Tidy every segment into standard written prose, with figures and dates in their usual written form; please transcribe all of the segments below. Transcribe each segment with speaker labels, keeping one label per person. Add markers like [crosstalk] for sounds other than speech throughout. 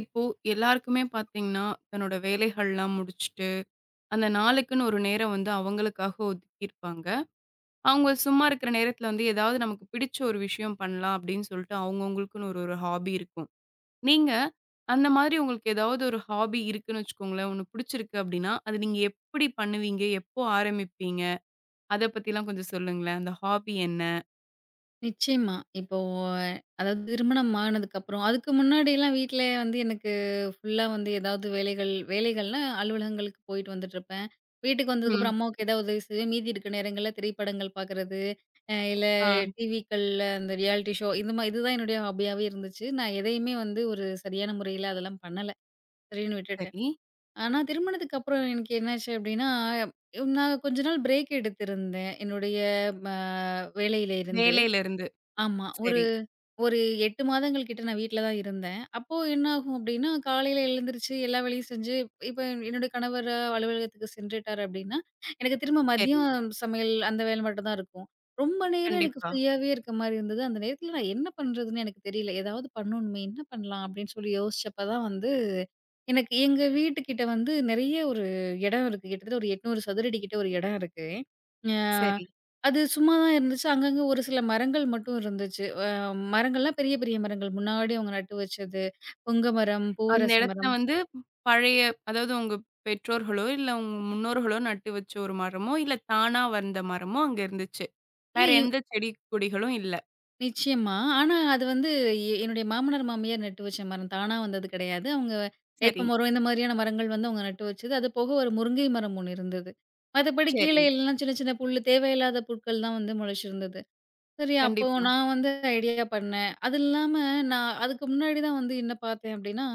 Speaker 1: இப்போ எல்லாருக்குமே பார்த்தீங்கன்னா, தன்னோட வேலைகள்லாம் முடிச்சுட்டு, அந்த நாளுக்குன்னு ஒரு நேரம் வந்து அவங்களுக்காக ஒதுக்கியிருப்பாங்க. அவங்க சும்மா இருக்கிற நேரத்தில வந்து ஏதாவது நமக்கு பிடிச்ச ஒரு விஷயம் பண்ணலாம் அப்படின்னு சொல்லிட்டு அவங்கவங்களுக்குன்னு ஒரு ஒரு ஹாபி இருக்கும். நீங்க அந்த மாதிரி உங்களுக்கு ஏதாவது ஒரு ஹாபி இருக்குன்னு வச்சுக்கோங்களேன், ஒண்ணு பிடிச்சிருக்கு அப்படின்னா, அது நீங்க எப்படி பண்ணுவீங்க? எப்போ ஆரம்பிப்பீங்க? அத பத்திலாம் கொஞ்சம் சொல்லுங்களேன். அந்த ஹாபி என்ன?
Speaker 2: நிச்சயமா. இப்போ அதாவது திருமணம் ஆனதுக்கப்புறம் அதுக்கு முன்னாடிலாம் வீட்ல வந்து எனக்கு ஃபுல்லா வந்து ஏதாவது வேலைகள் வேலைகள்னா அலுவலகங்களுக்கு போயிட்டு வந்துட்டுருப்பேன். வீட்டுக்கு
Speaker 1: ம்.
Speaker 2: வந்ததுக்கப்புறம் அம்மாவுக்கு ஏதாவது உதவி செய்வேன். மீதி இருக்க நேரங்கள்ல திரைப்படங்கள் பார்க்குறது, இல்ல
Speaker 1: ஆ.
Speaker 2: டிவிக்கள்ல அந்த ரியாலிட்டி ஷோ இந்த இதுதான் என்னுடைய ஹாபியாவே இருந்துச்சு. நான் எதையுமே வந்து ஒரு சரியான முறையில அதெல்லாம் பண்ணல. சரின்னு விட்டுட்டேன்.
Speaker 1: சரி.
Speaker 2: ஆனா திருமணத்துக்கு அப்புறம் எனக்கு என்னாச்சு அப்டின்னா, நான் கொஞ்ச நாள் பிரேக் எடுத்திருந்தேன். என்னுடைய ம வேலையில இருந்து.
Speaker 1: வேலையில இருந்து.
Speaker 2: ஆமா. ஒரு
Speaker 1: சரி,
Speaker 2: ஒரு 8 மாதங்கள் கிட்ட நான் வீட்ல தான் இருந்தேன். அப்போ என்ன ஆகும் அப்டின்னா, காலையில எழுந்திருச்சு எல்லா வேலையும் செஞ்சு, இப்ப என்னுடைய கணவர் அலுவலகத்துக்கு சென்றுட்டார் அப்டின்னா, எனக்கு திரும்ப
Speaker 1: சரி.
Speaker 2: மதியம் சமையல் அந்த வேலை மட்டும் தான் இருக்கும். ரொம்ப நேரம் எனக்கு
Speaker 1: கண்டிப்பா.
Speaker 2: ஃப்ரீயாவே இருக்க மாரி இருந்தது. அந்த நேரத்துல நான் என்ன பண்றதுன்னு எனக்கு தெரியல. ஏதாவது பண்ணணுமே, என்ன பண்ணலாம் அப்டின்னு சொல்லி யோசிச்சப்ப தான் வந்து, எனக்கு எங்க வீட்டுக்கிட்ட வந்து நெறைய ஒரு இடம் இருக்கு. கிட்டத்தட்ட ஒரு 800 சதுரடி கிட்ட ஒரு இடம் இருக்கு. அ
Speaker 1: சரி.
Speaker 2: அது சும்மா தான் இருந்துச்சு. அங்கங்க ஒரு சில மரங்கள் மட்டும் இருந்துச்சு. மரங்கள்லாம் பெரிய, பெரிய மரங்கள். முன்னாடி அவங்க நட்டு வச்சது. புங்க மரம்,
Speaker 1: அந்த
Speaker 2: பூவரச
Speaker 1: இடத்துல
Speaker 2: மரம்.
Speaker 1: வந்து பழைய அதாவது உங்க பெற்றோர்களோ, இல்ல உங்க முன்னோர்களோ நட்டு வச்ச ஒரு மரமோ, இல்ல தானா வந்த மரமோ அங்க இருந்துச்சு.
Speaker 2: இல்ல
Speaker 1: வேற எந்த செடி கொடிகளும் இல்ல.
Speaker 2: நிச்சயமா. ஆனா அது வந்து என்னுடைய மாமனார், மாமியார் நட்டு வச்ச மரம். தானா வந்தது கிடையாது. அவங்க
Speaker 1: சரி,
Speaker 2: வேப்பமரம் இந்த மாதிரியான மரங்கள் வந்து அவங்க நட்டு வச்சது. அது போக ஒரு முருங்கை மரம் ஒண்ணு இருந்தது. மத்தபடி கீழே
Speaker 1: சரி.
Speaker 2: எல்லாம் சின்ன, சின்ன புல்லு தேவையில்லாத புற்கள் தான் வந்து முளைச்சிருந்தது. சரி, அப்போ
Speaker 1: கண்டிப்பா.
Speaker 2: நான் வந்து ஐடியா பண்ணேன். அது இல்லாம நான் அதுக்கு முன்னாடி தான் வந்து என்ன பார்த்தேன் அப்டின்னா,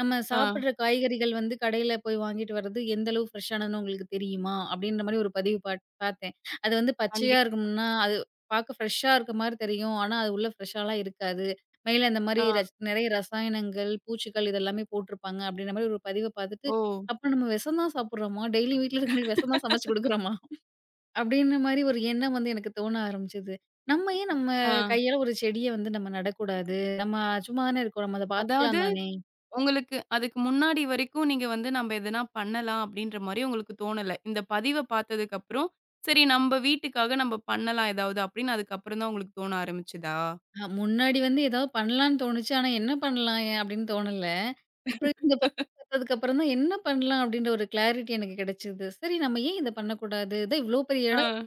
Speaker 2: நம்ம
Speaker 1: ஆ,
Speaker 2: சாப்பிடுற காய்கறிகள் வந்து கடையில போய் வாங்கிட்டு வர்றது எந்த அளவு ஃப்ரெஷ்ஷானதுன்னு உங்களுக்கு தெரியுமா? அப்டின்ற மாரி ஒரு பதிவு பார்த்தேன். அது வந்து
Speaker 1: கண்டி
Speaker 2: பச்சையா இருக்கும்னா, அது பார்க்க ஃப்ரெஷ்ஷா இருக்க மாரி தெரியும். ஆனா, அது உள்ள ஃப்ரெஷ்ஷாலாம் இருக்காது. மேல இந்த மாரி
Speaker 1: ஆ,
Speaker 2: நெறைய ரசாயனங்கள், பூச்சிகள் இதெல்லாமே போட்டிருப்பாங்க அப்டின்ற மாரி ஒரு பதிவ பார்த்துட்டு,
Speaker 1: ஓ!
Speaker 2: அப்ப நம்ம விஷம் தான் சாப்பிடுறோமா? டெய்லி வீட்ல இருக்கவங்களுக்கு விஷம் தான் சமைச்சு குடுக்குறோமா? அப்டின்ற மாரி ஒரு எண்ணம் வந்து எனக்கு தோண ஆரம்பிச்சது. நம்ம ஏன் நம்ம
Speaker 1: ஆ,
Speaker 2: கையால ஒரு செடிய வந்து நம்ம நடக்கூடாது? நம்ம சும்மா தானே இருக்கோம். நம்ம அத
Speaker 1: அதாவது
Speaker 2: பார்த்துக்கலாம் தானே!
Speaker 1: உங்களுக்கு அதுக்கு முன்னாடி வரைக்கும் நீங்க வந்து நம்ப எதனா பண்ணலாம் அப்டின்ற மாரி உங்களுக்கு தோணல. இந்த பதிவ பார்த்ததுக்கு அப்புறம், சரி நம்ப வீட்டுக்காக நம்ப பண்ணலாம் ஏதாவது அப்டின்னு அதுக்கப்புறம் தான் உங்களுக்கு தோண ஆரம்பிச்சதா?
Speaker 2: முன்னாடி வந்து ஏதாவது பண்ணலான்னு தோணுச்சு. ஆனா என்ன பண்ணலாம் அப்டின்னு தோணல. அப்புறம் இந்த பக்கம் பார்த்ததுக்கு அப்புறம் தான் என்ன பண்ணலாம் அப்டின்ற ஒரு கிளாரிட்டி எனக்கு கிடைச்சது. சரி நம்ம ஏன் இத பண்ணக்கூடாது? இதான் இவ்ளோ பெரிய இடம்.
Speaker 1: ஆ,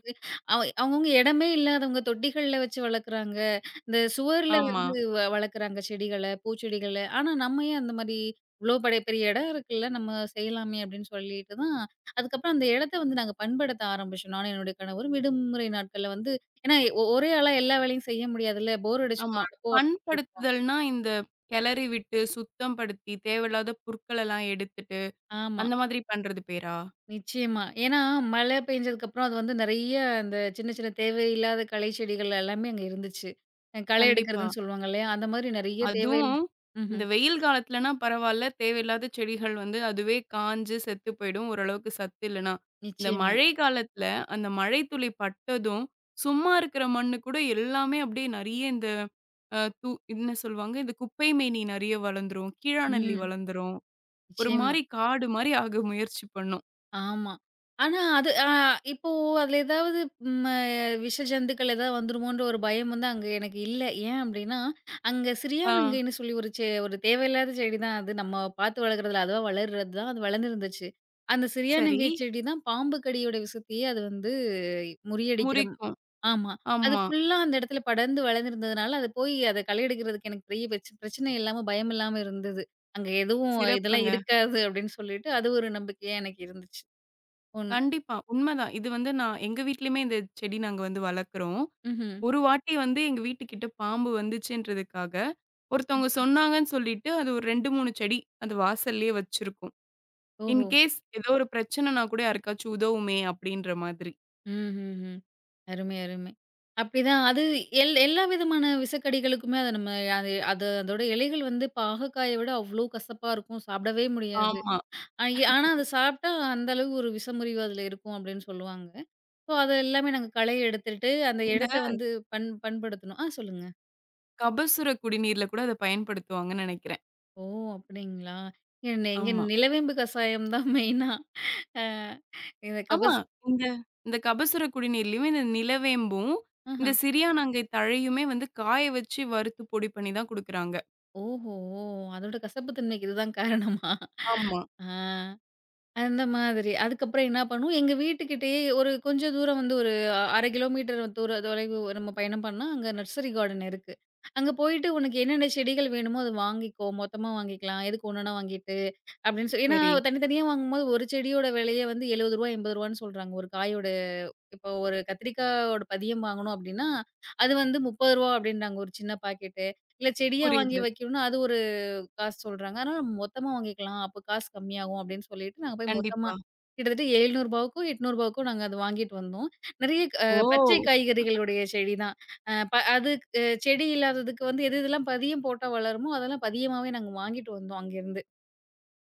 Speaker 2: அவங்கவங்க இடமே இல்லாதவங்க தொட்டிகள்ல வச்சு வளர்க்குறாங்க. இந்த சுவர்ல
Speaker 1: ஆமா.
Speaker 2: வந்து வளர்க்குறாங்க செடிகள, பூச்செடிகள. ஆனா, நம்ம ஏன் அந்த மாரி இவ்ளோ பெரிய இடம் இருக்குல்ல, நம்ம செய்யலாமே அப்டின்னு சொல்லிட்டு தான், அதுக்கப்புறம் அந்த இடத்த வந்து நாங்க பண்படுத்த ஆரம்பிச்சோம். நானும் என்னுடைய கணவரும் விடுமுறை நாட்கள்ல வந்து ஏன்னா ஒரே ஆளா எல்லா வேலையும் செய்ய முடியாதுல்ல. போர்
Speaker 1: ஆமா.
Speaker 2: அடிச்சுடும். அடுப்போ அப்படின்னு சொல்லிட்டு.
Speaker 1: பண்படுத்துதல்னா, இந்த கெளறி விட்டு, சுத்தம் படுத்தி, தேவையில்லாத புற்களெல்லாம் எடுத்துட்டு,
Speaker 2: ஆமா.
Speaker 1: அந்த மாதிரி பண்றது பேரா?
Speaker 2: நிச்சயமா. ஏன்னா, மழை பெஞ்சதுக்கப்புறம் அது வந்து நெறைய அந்த சின்ன சின்ன தேவையில்லாத களை செடிகள் எல்லாமே அங்க இருந்துச்சு. களை
Speaker 1: கண்டிப்பா.
Speaker 2: எடுக்கிறதுன்னு சொல்லுவாங்க இல்லையா? அந்த மாரி நெறைய தேவையில்ல
Speaker 1: அதுவும் இந்த
Speaker 2: ம்ஹ்ம்.
Speaker 1: வெயில் காலத்துலனா பரவால்ல. தேவையில்லாத செடிகள் வந்து அதுவே காஞ்சு செத்து போயிடும், ஓரளவுக்கு சத்து இல்லனா. இந்த
Speaker 2: நிச்சயமா.
Speaker 1: மழை காலத்துல, அந்த மழை துளி பட்டதும், சும்மா இருக்கிற மண்ணு கூட எல்லாமே அப்படியே நெறைய இந்த அ தூ என்ன சொல்வாங்க? இந்த குப்பை மேனி நெறைய வளந்துரும். கீழாநெல்லி
Speaker 2: ம்.
Speaker 1: வளந்துரும். ஒரு
Speaker 2: நிச்சயமா.
Speaker 1: மாரி காடு மாரி ஆக முயற்சி பண்ணும்.
Speaker 2: ஆமா. ஆனா அது இப்போ அதுல ஏதாவது ம விஷ ஜந்துக்கள் ஏதாவது வந்துருமோன்ற ஒரு பயம் வந்து அங்க எனக்கு இல்ல. ஏன் அப்டின்னா, அங்க
Speaker 1: ஆ.
Speaker 2: சிரியானுங்கைன்னு சொல்லி ஒரு ஒரு தேவையில்லாத செடி தான் அது. நம்ம பார்த்து வளர்க்குறதில்ல. அதுவா வளர்றது தான். அது வளர்ந்துருந்துச்சு. அந்த
Speaker 1: சரி.
Speaker 2: சிரியானங்கை செடி தான் பாம்பு கடியோட விஷத்தையே அது வந்து முறியடிக்கிற
Speaker 1: முறிக்கும்.
Speaker 2: ஆமா. அது
Speaker 1: ஆமா.
Speaker 2: ஃபுல்லா அந்த இடத்துல படர்ந்து வளர்ந்திருந்ததுனால, அது போய் அத களை எடுக்கிறதுக்கு எனக்கு பெரிய பிரச்சனை இல்லாம, பயம் இல்லாம இருந்தது. அங்க எதுவும் இதெல்லாம்
Speaker 1: சிறப்புங்க.
Speaker 2: இருக்காது அப்டின்னு சொல்லிட்டு, அது ஒரு நம்பிக்கையா எனக்கு இருந்துச்சு. ஒண்ணு.
Speaker 1: கண்டிப்பா. உண்மதான். இது வந்து நான் எங்க வீட்லயுமே இந்த செடி நாங்க வந்து வளர்க்குறோம்.
Speaker 2: ம்ஹ்ம்.
Speaker 1: ஒரு வாட்டி வந்து எங்க வீட்டுக்கிட்ட பாம்பு வந்துச்சுன்றதுக்காக, ஒருத்தவங்க
Speaker 2: ம்.
Speaker 1: சொன்னாங்கன்னு சொல்லிட்டு, அது ஒரு 2, 3 செடி அது வாசல்லயே வச்சிருக்கோம்.
Speaker 2: ஓஹோ!
Speaker 1: இன்கேஸ் ஏதோ ஒரு பிரச்சனைனா கூட யாருக்காச்சும் உதவுமே அப்படின்ற மாதிரி.
Speaker 2: ம்ஹ்ஹ்ம். அருமை, அருமை. அப்படிதான் அது எல்லா விதமான விசக்கடிகளுக்குமே அத நம்ம அது அது அதோட இலைகள் வந்து பாகக்காய விட அவ்ளோ கசப்பா இருக்கும். சாப்பிடவே முடியாது.
Speaker 1: ஆமா.
Speaker 2: அ ஆனா அத சாப்பிட்டா அந்த அளவு ஒரு விஷமுறிவு அதுல இருக்கும் அப்படின்னு சொல்லுவாங்க. ஸோ அத எல்லாமே நாங்க களை எடுத்துட்டு அந்த
Speaker 1: இந்த
Speaker 2: இடத்த வந்து பண்படுத்தணும். ஆ சொல்லுங்க.
Speaker 1: கபசுர குடிநீர்ல கூட அத பயன்படுத்துவாங்கன்னு நெனைக்கிறேன்.
Speaker 2: ஓ! அப்படிங்களா? எங்க
Speaker 1: ஆமா.
Speaker 2: நிலவேம்பு கசாயம் தான் மெயினா. அ இந்த
Speaker 1: ஆமா. இந்த இந்த கபசுர குடிநீர்லயும் இந்த நிலவேம்பும்,
Speaker 2: ஆஹ.
Speaker 1: இந்த சிறியானங்கை தழையுமே வந்து காய வச்சு வறுத்து பொடி பண்ணி தான் குடுக்குறாங்க.
Speaker 2: ஓஹோ! அதோட கசப்பு தன்மைக்கு இதுதான் காரணமா?
Speaker 1: ஆமா.
Speaker 2: ஆ. அந்த மாதிரி. அதுக்கப்புறம் என்ன பண்ணும், எங்க வீட்டுக்கிட்டயே ஒரு கொஞ்சம் தூரம் வந்து ஒரு 1/2 கிலோமீட்டர் தூர தொலைவு நம்ம பயணம் பண்ணா, அங்க நர்சரி கார்டன் இருக்கு. அங்க போயிட்டு உனக்கு என்னென்ன செடிகள் வேணுமோ அத வாங்கிக்கோ. மொத்தமா வாங்கிக்கலாம். எதுக்கு ஒன்னொன்னா வாங்கிட்டு அப்படின்னு சொல்லி ஏன்னா
Speaker 1: சரி.
Speaker 2: தனித்தனியா வாங்கும்போது ஒரு செடியோட விலையே வந்து ரூ. 70 ரூ. 80ன்னு சொல்றாங்க. ஒரு காயோட இப்போ ஒரு கத்திரிக்காயோட பதியம் வாங்கணும் அப்படின்னா, அது வந்து ரூ. 30 அப்படின்றாங்க ஒரு சின்ன பாக்கெட்டு. இல்ல செடியா வாங்கி
Speaker 1: புரியுது.
Speaker 2: வைக்கணும்னா அது ஒரு காசு சொல்றாங்க. ஆனா மொத்தமா வாங்கிக்கலாம். அப்ப காசு கம்மியாகும் அப்படின்னு சொல்லிட்டு நாங்க போய் மொத்தமா
Speaker 1: கண்டிப்பா.
Speaker 2: கிட்டத்தட்ட ரூ. 700க்கோ, ரூ. 800க்கோ நாங்க அத வாங்கிட்டு வந்தோம். நெறைய
Speaker 1: ஓ!
Speaker 2: பச்சை காய்கறிகளுடைய செடி தான். அ ப அது அ செடி இல்லாததுக்கு வந்து எது எதெல்லாம் பதியம் போட்டா வளருமோ, அதெல்லாம் பதியமாவே நாங்க வாங்கிட்டு வந்தோம் அங்கேருந்து.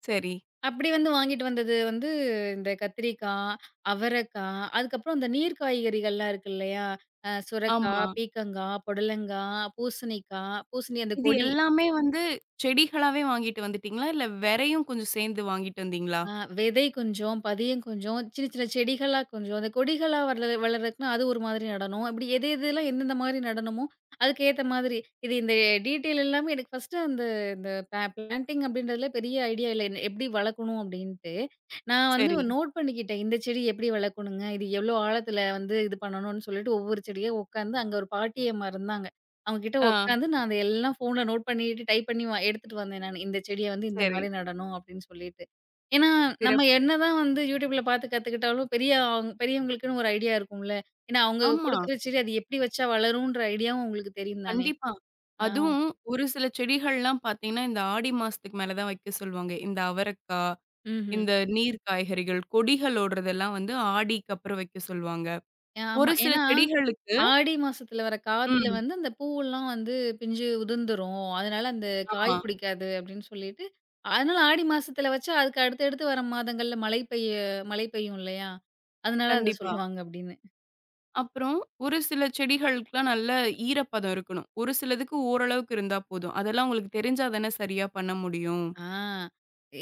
Speaker 1: சரி.
Speaker 2: அப்படி வந்து வாங்கிட்டு வந்தது வந்து இந்த கத்திரிக்காய், அவரைக்கா, அதுக்கப்புறம் அந்த நீர் காய்கறிகள்லாம் இருக்கு இல்லையா? சுரக்கா,
Speaker 1: ஆமா.
Speaker 2: பீக்கங்கா, புடலங்கா, பூசணிக்கா, பூசணி அந்த
Speaker 1: இது
Speaker 2: கொடி
Speaker 1: எல்லாமே வந்து செடிகளாவே வாங்கிட்டு வந்துட்டீங்களா? இல்ல வெரையும் கொஞ்சம் சேர்ந்து வாங்கிட்டு வந்தீங்களா?
Speaker 2: ஆ விதை கொஞ்சம், பதியம் கொஞ்சம், சின்ன சின்ன செடிகளா கொஞ்சம், அந்த கொடிகளா வளர்றதுக்குன்னா அது ஒரு மாதிரி நடணும். இப்படி எது எதெல்லாம் எந்தெந்த மாதிரி நடணுமோ, அதுக்கு ஏத்த மாதிரி. இது இந்த டீட்டெயில் எல்லாமே எனக்கு ஃபர்ஸ்ட்டு அந்த இந்த பிளான்டிங் அப்படின்றதுல பெரிய ஐடியா இல்ல. எப்படி வளர்க்கணும் அப்படின்ட்டு. நான் வந்து
Speaker 1: சரி.
Speaker 2: நோட் பண்ணிக்கிட்டேன். இந்த செடி எப்படி வளர்க்கணுங்க, இது எவ்வளோ ஆழத்துல வந்து இது பண்ணணும்னு சொல்லிட்டு ஒவ்வொரு செடியா உட்காந்து அங்க ஒரு பாட்டியம்மா இருந்தாங்க. அவங்க கிட்ட
Speaker 1: ஆ.
Speaker 2: உட்காந்து நான் அத எல்லாம் ஃபோன்ல நோட் பண்ணிட்டு டைப் பண்ணி எடுத்துட்டு வந்தேன் நானு. இந்த செடிய வந்து இந்த
Speaker 1: சரி.
Speaker 2: மாரி நடணும் அப்படின்னு சொல்லிட்டு. ஏன்னா, நம்ம
Speaker 1: சிறப்பு.
Speaker 2: என்னதான் வந்து YouTubeல பார்த்து கத்துக்கிட்டாலும், பெரிய பெரியவங்களுக்குன்னு ஒரு ஐடியா இருக்கும்ல. ஏன்னா, அவுங்க
Speaker 1: ஆமா.
Speaker 2: குடுக்குற செடி அது எப்படி வச்சா வளரும்ன்ற ஐடியாவும் உங்களுக்கு தெரியும் தானே?
Speaker 1: கண்டிப்பா.
Speaker 2: ஆ,
Speaker 1: அதுவும் ஒரு சில செடிகள்லாம் பார்த்தீங்கன்னா, இந்த ஆடி மாசத்துக்கு மேல தான் வைக்க சொல்லுவாங்க. இந்த அவரக்கா
Speaker 2: ம்ஹ்ம்.
Speaker 1: இந்த நீர் காய்கறிகள், கொடிகள் ஓடுறதெல்லாம் வந்து ஆடிக்கு அப்புறம் வைக்க சொல்லுவாங்க.
Speaker 2: ஆமா.
Speaker 1: ஒரு சில
Speaker 2: ஏன்னா,
Speaker 1: செடிகளுக்கு
Speaker 2: ஆடி மாசத்துல வர காத்துல
Speaker 1: ம்.
Speaker 2: வந்து அந்த பூவெல்லாம் வந்து பிஞ்சு உதிர்ந்துரும். அதனால அந்த காய்
Speaker 1: ஆமா.
Speaker 2: பிடிக்காது அப்படின்னு சொல்லிட்டு, அதனால ஆடி மாசத்துல வச்சா அதுக்கு அடுத்தடுத்து வர மாதங்கள்ல மழை பெய்யும் இல்லையா? அதனால அத
Speaker 1: கண்டிப்பா.
Speaker 2: சொல்லுவாங்க அப்படின்னு.
Speaker 1: அப்புறம் ஒரு சில செடிகளுக்குலாம் நல்ல ஈரப்பதம் இருக்கணும். ஒரு சிலதுக்கு ஓரளவுக்கு இருந்தா போதும். அதெல்லாம் உங்களுக்கு தெரிஞ்சா தானே சரியா பண்ண முடியும்.
Speaker 2: ஆ.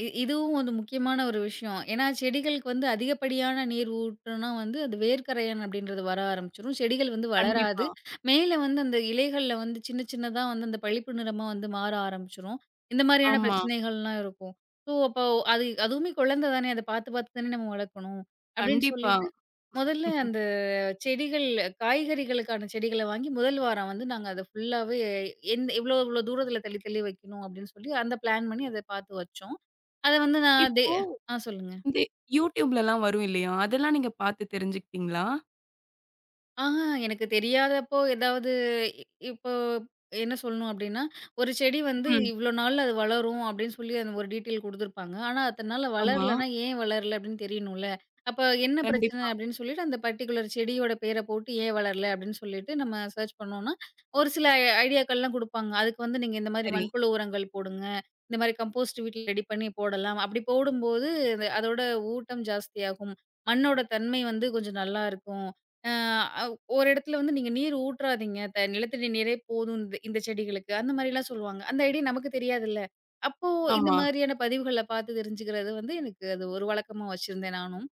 Speaker 2: இதுவும் ஒரு முக்கியமான ஒரு விஷயம். ஏன்னா செடிகளுக்கு வந்து அதிகப்படியான நீர் ஊற்றுனா வந்து அது வேர்க்கரையான் அப்படின்றது வர ஆரம்பிச்சுரும். செடிகள் வந்து வளராது.
Speaker 1: கண்டிப்பா.
Speaker 2: மேல வந்து அந்த இலைகள்ல வந்து சின்ன சின்னதா வந்து அந்த பளிப்பு நிறமா வந்து மாற ஆரம்பிச்சுரும். இந்த மாரியான
Speaker 1: ஆமா.
Speaker 2: பிரச்சனைகள்லாம் இருக்கும். ஸோ அப்போ அது அதுவுமே குழந்தை தானே! அத பார்த்து பார்த்து தானே நம்ம வளர்க்கணும். அப்படின்னு
Speaker 1: கண்டிப்பா.
Speaker 2: சொல்லிட்டு, முதல்ல அந்த செடிகள் காய்கறிகளுக்கான செடிகள வாங்கி முதல் வாரம் வந்து நாங்க அத ஃபுல்லாவே எந்த இவ்ளோ இவ்ளோ தூரத்தில தள்ளி தள்ளி வைக்கணும் அப்டின்னு சொல்லி அந்த பிளான் பண்ணி அத பாத்து வச்சோம். அத வந்து நான்
Speaker 1: இப்போ
Speaker 2: ஆ சொல்லுங்க.
Speaker 1: இந்த YouTubeலலாம் வரும் இல்லையா? அதெல்லாம் நீங்க பார்த்து தெரிஞ்சுக்கிட்டீங்களா?
Speaker 2: ஆஹா, எனக்கு தெரியாதப்போ ஏதாவது இ இப்போ என்ன சொல்லணும் அப்டின்னா, ஒரு செடி வந்து
Speaker 1: ம்.
Speaker 2: இவ்ளோ நாள்ல அது வளரும் அப்டின்னு சொல்லி அந்த ஒரு டீட்டெயில் குடுத்துருப்பாங்க. ஆனா அத்தன நாள்ல
Speaker 1: ஆமா.
Speaker 2: வளரலன்னா ஏன் வளரல அப்டின்னு தெரியணும்ல. அப்ப என்ன பிரச்சன
Speaker 1: கண்டிப்பா.
Speaker 2: அப்டின்னு சொல்லிட்டு அந்த பர்ட்டிகுலர் செடியோட பேர போட்டு ஏன் வளரல அப்டின்னு சொல்லிட்டு நம்ம சர்ச் பண்ணோம்னா, ஒரு சில ஐடியாக்கள்லாம் குடுப்பாங்க. அதுக்கு வந்து நீங்க இந்த மாரி
Speaker 1: சரி.
Speaker 2: மண்புழு உரங்கள் போடுங்க. இந்த மாரி கம்போஸ்ட் வீட்ல ரெடி பண்ணி போடலாம். அப்டி போடும்போது அது அதோட ஊட்டம் ஜாஸ்தியாகும். மண்ணோட தன்மை வந்து கொஞ்சம் நல்லா இருக்கும். அ ஒரு இடத்துல வந்து நீங்க நீர் ஊற்றாதீங்க. நிலத்தடி நீரே போதும் இந்த இந்த செடிகளுக்கு. அந்த மாரிலாம் சொல்லுவாங்க. அந்த ஐடியா நமக்கு தெரியாதுல்ல. அப்போ இந்த
Speaker 1: ஆமா.
Speaker 2: மாதிரியான பதிவுகள பார்த்து தெரிஞ்சுக்கிறது வந்து எனக்கு அது ஒரு வழக்கமா வச்சிருந்தேன் நானும்.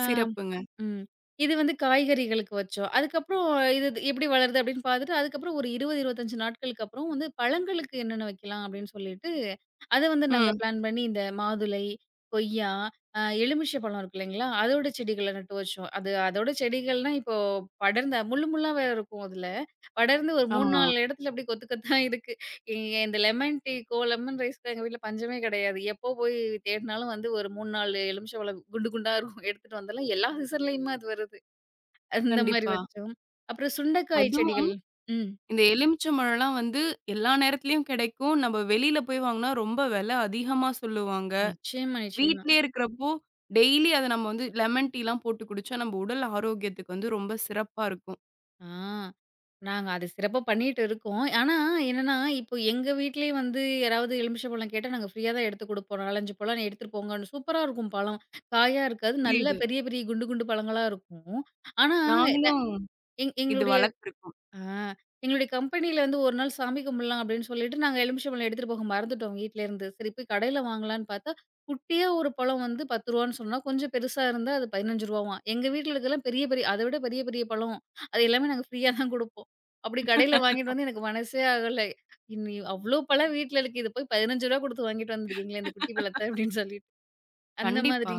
Speaker 2: ஆ.
Speaker 1: சிறப்புங்க.
Speaker 2: ம். இது வந்து காய்கறிகளுக்கு வச்சோம். அதுக்கப்புறம் இது இது எப்படி வளருது அப்படின்னு பார்த்துட்டு, அதுக்கப்புறம் ஒரு 20, 25 நாட்களுக்கு அப்புறம் வந்து பழங்களுக்கு என்னென்ன வைக்கலாம் அப்படின்னு சொல்லிட்டு, அத வந்து நாங்க
Speaker 1: ம்.
Speaker 2: பிளான் பண்ணி இந்த மாதுளை, கொய்யா, எலுமிச்சை பழம் இருக்கு இல்லைங்களா? அதோட செடிகள நட்டு வச்சோம். அது அதோட செடிகள்னா இப்போ படர்ந்த முள்ளு முள்ளா வேற இருக்கும் அதுல. படர்ந்து ஒரு 3,
Speaker 1: ஆமா.
Speaker 2: 4 இடத்துல அப்படியே கொத்து கொத்தா இருக்கு. ஏங்க இந்த லெமன் டீக்கோ, லெமன் ரைஸ்க்கோ எங்க வீட்ல பஞ்சமே கிடையாது. எப்போ போய் தேடினாலும் வந்து ஒரு 3, 4 எலுமிச்சம்பழம் குண்டு குண்டா இருக்கும். எடுத்துட்டு வந்தாலும் எல்லா சீசன்லயுமே அது வருது. அந்த மாரி
Speaker 1: கண்டிப்பா.
Speaker 2: வச்சோம். அப்புறம் சுண்டைக்காய்
Speaker 1: அது
Speaker 2: செடிகள். ம்.
Speaker 1: இந்த எலுமிச்சம்பழம்லாம் வந்து எல்லா நேரத்துலயும் கிடைக்கும். நம்ம வெளியில போய் வாங்குனா ரொம்ப விலை அதிகமா சொல்லுவாங்க.
Speaker 2: நிச்சயமா, நிச்சயமா.
Speaker 1: வீட்லயே இருக்கிறப்போ, டெய்லி அத நம்ம வந்து லெமன் டீலாம் போட்டு குடிச்சா, நம்ம உடல் ஆரோக்கியத்துக்கு வந்து ரொம்ப சிறப்பா இருக்கும்.
Speaker 2: ஆ. நாங்க அது சிறப்பா பண்ணிட்டு இருக்கோம். ஆனா என்னன்னா, இப்போ எங்க வீட்லயே வந்து யாராவது எலுமிச்சம்பழம் கேட்டா நாங்க ஃப்ரீயா தான் எடுத்து குடுப்போம். 4, 5 பழம் எடுத்துட்டு போங்கன்னு. சூப்பரா இருக்கும் பழம். காயா இருக்காது. நல்ல
Speaker 1: புரியுது.
Speaker 2: பெரிய பெரிய குண்டு குண்டு பழங்களா இருக்கும். ஆனா, ந
Speaker 1: நாங்களும்
Speaker 2: எங்
Speaker 1: இது
Speaker 2: எங்களுடைய
Speaker 1: வளர்த்துருக்கோம்.
Speaker 2: ஆ. எங்களுடைய கம்பெனியில வந்து ஒரு நாள் சாமி கும்பிடலாம் அப்படின்னு சொல்லிட்டு, நாங்க எலுமிச்சம்பழம் எடுத்துட்டு போக மறந்துட்டோம் வீட்லேருந்து. சரி போய் கடையில வாங்கலான்னு பார்த்தா, குட்டியா ஒரு பழம் வந்து ரூ. 10 சொன்னா, கொஞ்சம் பெருசா இருந்தா அது ரூ. 15வாம். எங்க வீட்ல இருக்கலாம் பெரிய பெரிய அத விட பெரிய பெரிய பழம். அது எல்லாமே நாங்க ஃப்ரீயா தான் குடுப்போம். அப்படி கடையில வாங்கிட்டு வந்து எனக்கு மனசே ஆகல. இனி அவ்ளோ பழம் வீட்ல இருக்கு. இத போய் ரூ. 15 குடுத்து வாங்கிட்டு வந்திருக்கீங்களே இந்த குட்டி பழத்த அப்படின்னு சொல்லிட்டு. அந்த
Speaker 1: கண்டிப்பா.
Speaker 2: மாதிரி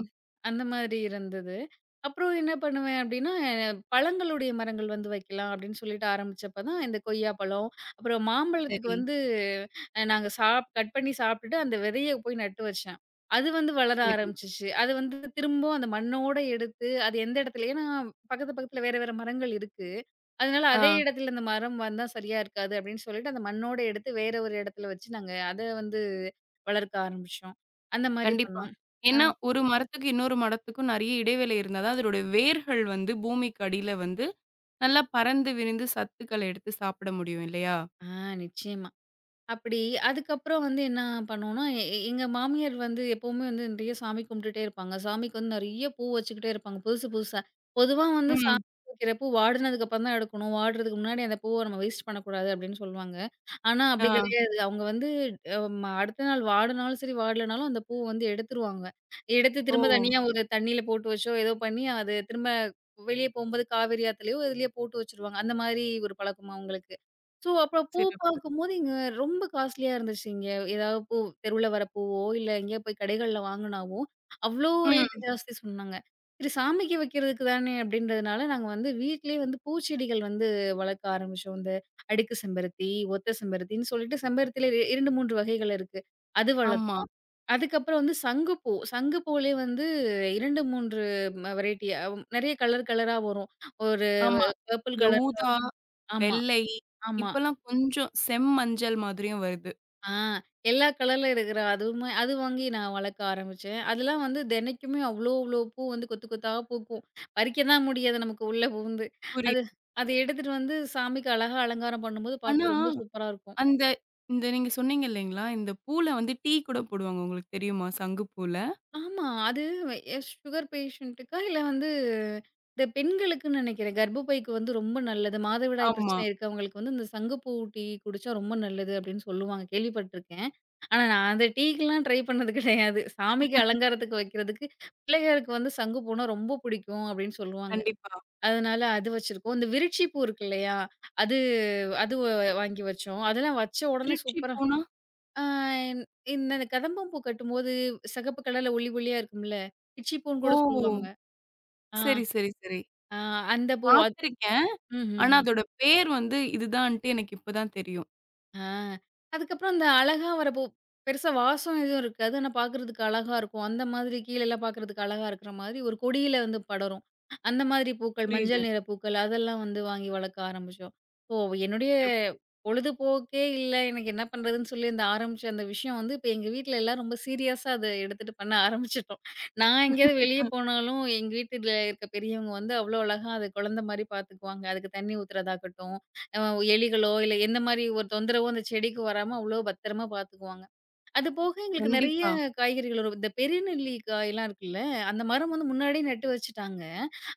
Speaker 2: அந்த மாதிரி இருந்தது. அப்புறம் என்ன பண்ணுவேன் அப்டின்னா, பழங்களுடைய மரங்கள் வந்து வைக்கலாம் அப்டின்னு சொல்லிட்டு ஆரம்பிச்சப்ப தான் இந்த கொய்யா பழம், அப்புறம் மாம்பழத்துக்கு
Speaker 1: சரி,
Speaker 2: வந்து நாங்க சாப் கட் பண்ணி சாப்ட்டுட்டு அந்த விதைய போய் நட்டு வச்சேன். அது வந்து வளர
Speaker 1: சரி.
Speaker 2: ஆரம்பிச்சுச்சு. அது வந்து திரும்பவும் அந்த மண்ணோட எடுத்து அது எந்த இடத்துல ஏன்னா பக்கத்து பக்கத்துல வேற வேற மரங்கள் இருக்கு. அதனால அதே
Speaker 1: ஆ,
Speaker 2: இடத்துல இந்த மரம் வந்தா சரியா இருக்காது அப்டின்னு சொல்லிட்டு அந்த மண்ணோட எடுத்து வேற ஒரு இடத்துல வச்சு நாங்க அத வந்து வளர்க்க ஆரம்பிச்சோம். அந்த மாரி
Speaker 1: கண்டிப்பா.
Speaker 2: பண்ணோம்.
Speaker 1: ஏன்னா, ஒரு மரத்துக்கு இன்னொரு மரத்துக்கும் நெறைய இடைவேளை இருந்தா தான் அதனுடைய வேர்கள் வந்து பூமிக்கு அடியில வந்து நல்லா பறந்து விரிந்து சத்துக்கள எடுத்து சாப்பிட முடியும் இல்லையா?
Speaker 2: ஆ நிச்சயமா. அப்படி அதுக்கப்புறம் வந்து என்ன பண்ணோம்னா, எ எ- எங்க மாமியார் வந்து எப்பவுமே வந்து நிறைய சாமி கும்பிட்டுட்டே இருப்பாங்க. சாமிக்கு வந்து நிறைய பூ வச்சுக்கிட்டே இருப்பாங்க, புதுசு புதுசா. பொதுவா வந்து
Speaker 1: ம்.
Speaker 2: சாமிக்கு வைக்கிற பூ வாடினதுக்கு அப்புறம் தான் எடுக்கணும். வாடுறதுக்கு முன்னாடி அந்த பூவ நம்ம வேஸ்ட் பண்ணக்கூடாது அப்படின்னு சொல்லுவாங்க. ஆனா அப்படி
Speaker 1: ஆ.
Speaker 2: கிடையாது. அவங்க வந்து அ ம அடுத்த நாள் வாடுனாலும் சரி, வாடலனாலும் அந்த பூ வந்து எடுத்துருவாங்க. எடுத்து
Speaker 1: ஓ!
Speaker 2: திரும்ப தனியா ஒரு தண்ணீல போட்டு வச்சோ, ஏதோ பண்ணி அது திரும்ப வெளிய போம்போது காவேரி ஆத்துலயோ, எதுலயோ போட்டு வச்சுருவாங்க. அந்த மாரி ஒரு பழக்கமா உங்களுக்கு? ஸோ, அப்புறம் பூ
Speaker 1: சிறப்பு.
Speaker 2: பார்க்கும்போது இங்க ரொம்ப காஸ்ட்லியா இருந்துச்சுங்க. ஏதாவது பூ தெருவுல வர பூவோ, இல்ல எங்கேயோ போய் கடைகள்ல வாங்குனாவோ, அவ்ளோ ரேட்
Speaker 1: ம்.
Speaker 2: ஜாஸ்தி சொன்னாங்க. சரி சாமிக்கு வைக்கிறதுக்கு தானே அப்படின்றதுனால, நாங்க வந்து வீட்லயே வந்து பூச்செடிகள் வந்து வளர்க்க ஆரம்பிச்சோம். இந்த அடுக்கு செம்பருத்தி, ஒத்த செம்பருத்தின்னு சொல்லிட்டு செம்பருத்தில 2, 3 வகைகள் இருக்கு. அது
Speaker 1: ஆமா,
Speaker 2: வளர்த்தோம். அதுக்கப்புறம் வந்து சங்குப்பூ. சங்குப்பூலயே வந்து 2, 3 வெரைட்டி நிறைய கலர் கலரா வரும். ஒரு
Speaker 1: ஆமா.
Speaker 2: பர்ப்பிள்
Speaker 1: இந்த
Speaker 2: கலர்
Speaker 1: ஊதா,
Speaker 2: ஆமா,
Speaker 1: வெள்ளை
Speaker 2: ஆமா.
Speaker 1: இப்பலாம் கொஞ்சம் செம்மஞ்சள் மாதிரியும் வருது.
Speaker 2: ஆ எல்லா கலர்ல இருக்கிற அதுவுமே அது வாங்கி நான் வளர்க்க ஆரம்பிச்சேன். அதெல்லாம் வந்து தினைக்குமே அவ்ளோ, அவ்ளோ பூ வந்து கொத்து கொத்தா பூக்கும். பறிக்க தான் முடியாது நமக்கு உள்ள புகுந்து. அது
Speaker 1: புரியுது.
Speaker 2: அத எடுத்துட்டு வந்து சாமிக்கு அழகா அலங்காரம் பண்ணும்போது
Speaker 1: ஆனா,
Speaker 2: பார்க்க ரொம்ப சூப்பரா இருக்கும்.
Speaker 1: அந்த இந்த நீங்க சொன்னீங்க இல்லைங்களா? இந்த பூல வந்து டீ கூட போடுவாங்க. உங்களுக்கு தெரியுமா? சங்கு பூல.
Speaker 2: ஆமா. அது சுகர் பேஷண்ட்டுக்கா இல்ல வந்து இந்த பெண்களுக்குன்னு நினைக்கிறேன். கர்ப்பப்பைக்கு வந்து ரொம்ப நல்லது. மாதவிடாய்
Speaker 1: ஆமா,
Speaker 2: பிரச்சனை இருக்கவங்களுக்கு வந்து இந்த சங்குப்பூ டீ குடிச்சா ரொம்ப நல்லது அப்படின்னு சொல்லுவாங்க. கேள்விப்பட்டுருக்கேன். ஆனா நான் அந்த டீக்குலாம் ட்ரை பண்ணது கிடையாது. சாமிக்கு அலங்காரத்துக்கு வைக்கிறதுக்கு, பிள்ளையாருக்கு வந்து சங்கு பூனா ரொம்ப பிடிக்கும் அப்படின்னு சொல்லுவாங்க.
Speaker 1: கண்டிப்பா.
Speaker 2: அதனால அது வச்சிருக்கோம். இந்த விருட்சி பூ இருக்கு இல்லையா? அது அது வ வாங்கி வச்சோம். அதெல்லாம் வச்ச உடனே
Speaker 1: திருச்சி
Speaker 2: சூப்பரா
Speaker 1: பூனா?
Speaker 2: ஆ இந்த இந்த கதம்பம் பூ கட்டும்போது சிகப்பு கலர்ல ஒளி ஒளியா இருக்கும்ல, பிச்சி பூன்னு
Speaker 1: ஓ!
Speaker 2: கூட சொல்லுவாங்க. ஆ,
Speaker 1: சரி, சரி, சரி.
Speaker 2: ஆ அந்த பூ அது
Speaker 1: பார்த்துருக்கேன். ஆனா
Speaker 2: ம்ஹ்ம்.
Speaker 1: அதோட பேர் வந்து இதுதான்ட்டு எனக்கு இப்ப தான் தெரியும்.
Speaker 2: ஆ. அதுக்கப்புறம் அந்த அழகா வரப்போ பெருசா வாசம் எதுவும் இருக்காது. ஆனா பார்க்கறதுக்கு அழகா இருக்கும். அந்த மாதிரி கீழலாம் பார்க்கறதுக்கு அழகா இருக்கிற மாதிரி ஒரு கொடியில வந்து படரும். அந்த மாதிரி பூக்கள்,
Speaker 1: புரியுது.
Speaker 2: மஞ்சள் நிற பூக்கள் அதெல்லாம் வந்து வாங்கி வளர்க்க ஆரம்பிச்சோம். ஓ! என்னுடைய
Speaker 1: சிறப்பு.
Speaker 2: பொழுதுபோக்கே இல்ல. எனக்கு என்ன பண்றதுன்னு சொல்லி அந்த ஆரம்பிச்ச அந்த விஷயம் வந்து இப்ப எங்க வீட்ல எல்லாம் ரொம்ப சீரியஸா அத எடுத்துட்டு பண்ண ஆரம்பிச்சுட்டோம். நான் எங்கேயாவது வெளிய போனாலும் எங்க வீட்டுல இருக்க பெரியவங்க வந்து அவ்ளோ அழகா அத குழந்தை மாரி பார்த்துக்குவாங்க. அதுக்கு தண்ணி ஊத்துறதாகட்டும் அ எலிகளோ, இல்ல எந்த மாரி ஒரு தொந்தரவோ அந்த செடிக்கு வராம அவ்ளோ பத்திரமா பார்த்துக்குவாங்க. அது போக எங்களுக்கு நெறைய
Speaker 1: கண்டிப்பா.
Speaker 2: காய்கறிகள் வரும். இந்த பெரிய நெல்லிக்காயெல்லாம் இருக்குல்ல, அந்த மரம் வந்து முன்னாடியே நட்டு வச்சுட்டாங்க.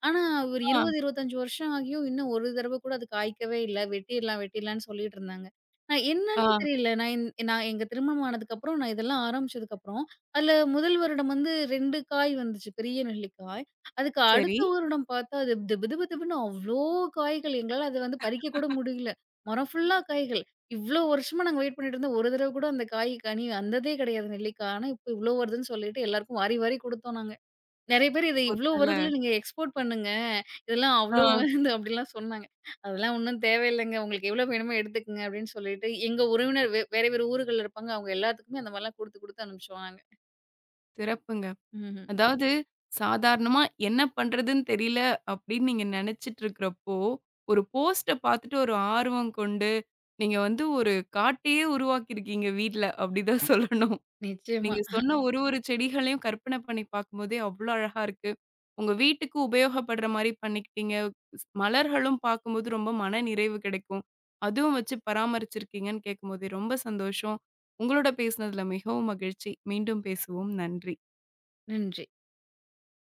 Speaker 2: ஆனா ஒரு
Speaker 1: ஆ,
Speaker 2: 20, 25 வருஷம் ஆகியும் இன்னும் ஒரு தடவ கூட அது காய்க்கவே இல்ல. வெட்டிர்லாம், வெட்டிர்லான்னு சொல்லிட்டு இருந்தாங்க. நான்
Speaker 1: ஆ.
Speaker 2: என்னன்னு தெரியல. நான் எங்க திருமணம் ஆனதுக்கப்புறம், நான் இதெல்லாம் ஆரம்பிச்சதுக்கப்புறம், அதுல முதல் வருடம் வந்து 2 காய் வந்துச்சு. பெரிய நெல்லிக்காய். அதுக்கு
Speaker 1: சரி.
Speaker 2: அடுத்த வருடம் பார்த்தா, அது திபு திபு திபுன்னு அவ்ளோ காய்கள். எங்களால அத வந்து பறிக்க கூட முடியல. மரம் ஃபுல்லா காய்கள். இவ்ளோ வருஷமா நாங்க வெயிட் பண்ணிட்டு இருந்தோம். ஒரு தடவ கூட அந்த காய் கனி வந்ததே கிடையாது நெல்லிக்காய். ஆனா இப்ப இவ்ளோ வருதுன்னு சொல்லிட்டு எல்லாருக்கும் வாரி வாரி குடுத்தோம் நாங்க. நெறைய பேர் இத
Speaker 1: ஒரு
Speaker 2: இவ்ளோ
Speaker 1: வேள
Speaker 2: வருதுல நீங்க எக்ஸ்போர்ட் பண்ணுங்க. இதெல்லாம் அவ்ளோ
Speaker 1: ஆ,
Speaker 2: வருது அப்டிலாம் சொன்னாங்க. அதெல்லாம் ஒண்ணும் தேவையில்லங்க. உங்களுக்கு எவ்ளோ வேணுமோ எடுத்துக்கங்க அப்டின்னு சொல்லிட்டு எங்க உறவினர் வேற வேற ஊர்கள்ல இருப்பாங்க. அவங்க எல்லாத்துக்குமே அந்த மாரிலாம் குடுத்து, குடுத்து அனுப்பிச்சுருவாங்க.
Speaker 1: சிறப்புங்க.
Speaker 2: ம்ஹ்ம்.
Speaker 1: அதாவது சாதாரணமா என்ன பண்றதுன்னு தெரியல அப்படின்னு நீங்க நினைச்சிட்டு இருக்கிறப்போ, ஒரு போஸ்ட்ட பார்த்துட்டு ஒரு ஆர்வம் கொண்டு, நீங்க வந்து ஒரு காட்டையே உருவாக்கியிருக்கீங்க வீட்ல. அப்படிதான் [laughs] சொல்லணும்.
Speaker 2: நிச்சயமா.
Speaker 1: நீங்க சொன்ன ஒரு ஒரு செடிகளையும் கற்பனை பண்ணி பார்க்கும்போதே அவ்ளோ அழகா இருக்கு. உங்க வீட்டுக்கு உபயோகப்படுற மாரி பண்ணிக்கிட்டீங்க. ஸ் மலர்களும் பார்க்கும்போது ரொம்ப மன நிறைவு கிடைக்கும். அதுவும் வச்சு பராமரிச்சிருக்கீங்கன்னு கேட்கும்போதே ரொம்ப சந்தோஷம். உங்களோட பேசினதுல மிகவும் மகிழ்ச்சி. மீண்டும் பேசுவோம். நன்றி.
Speaker 2: நன்றி.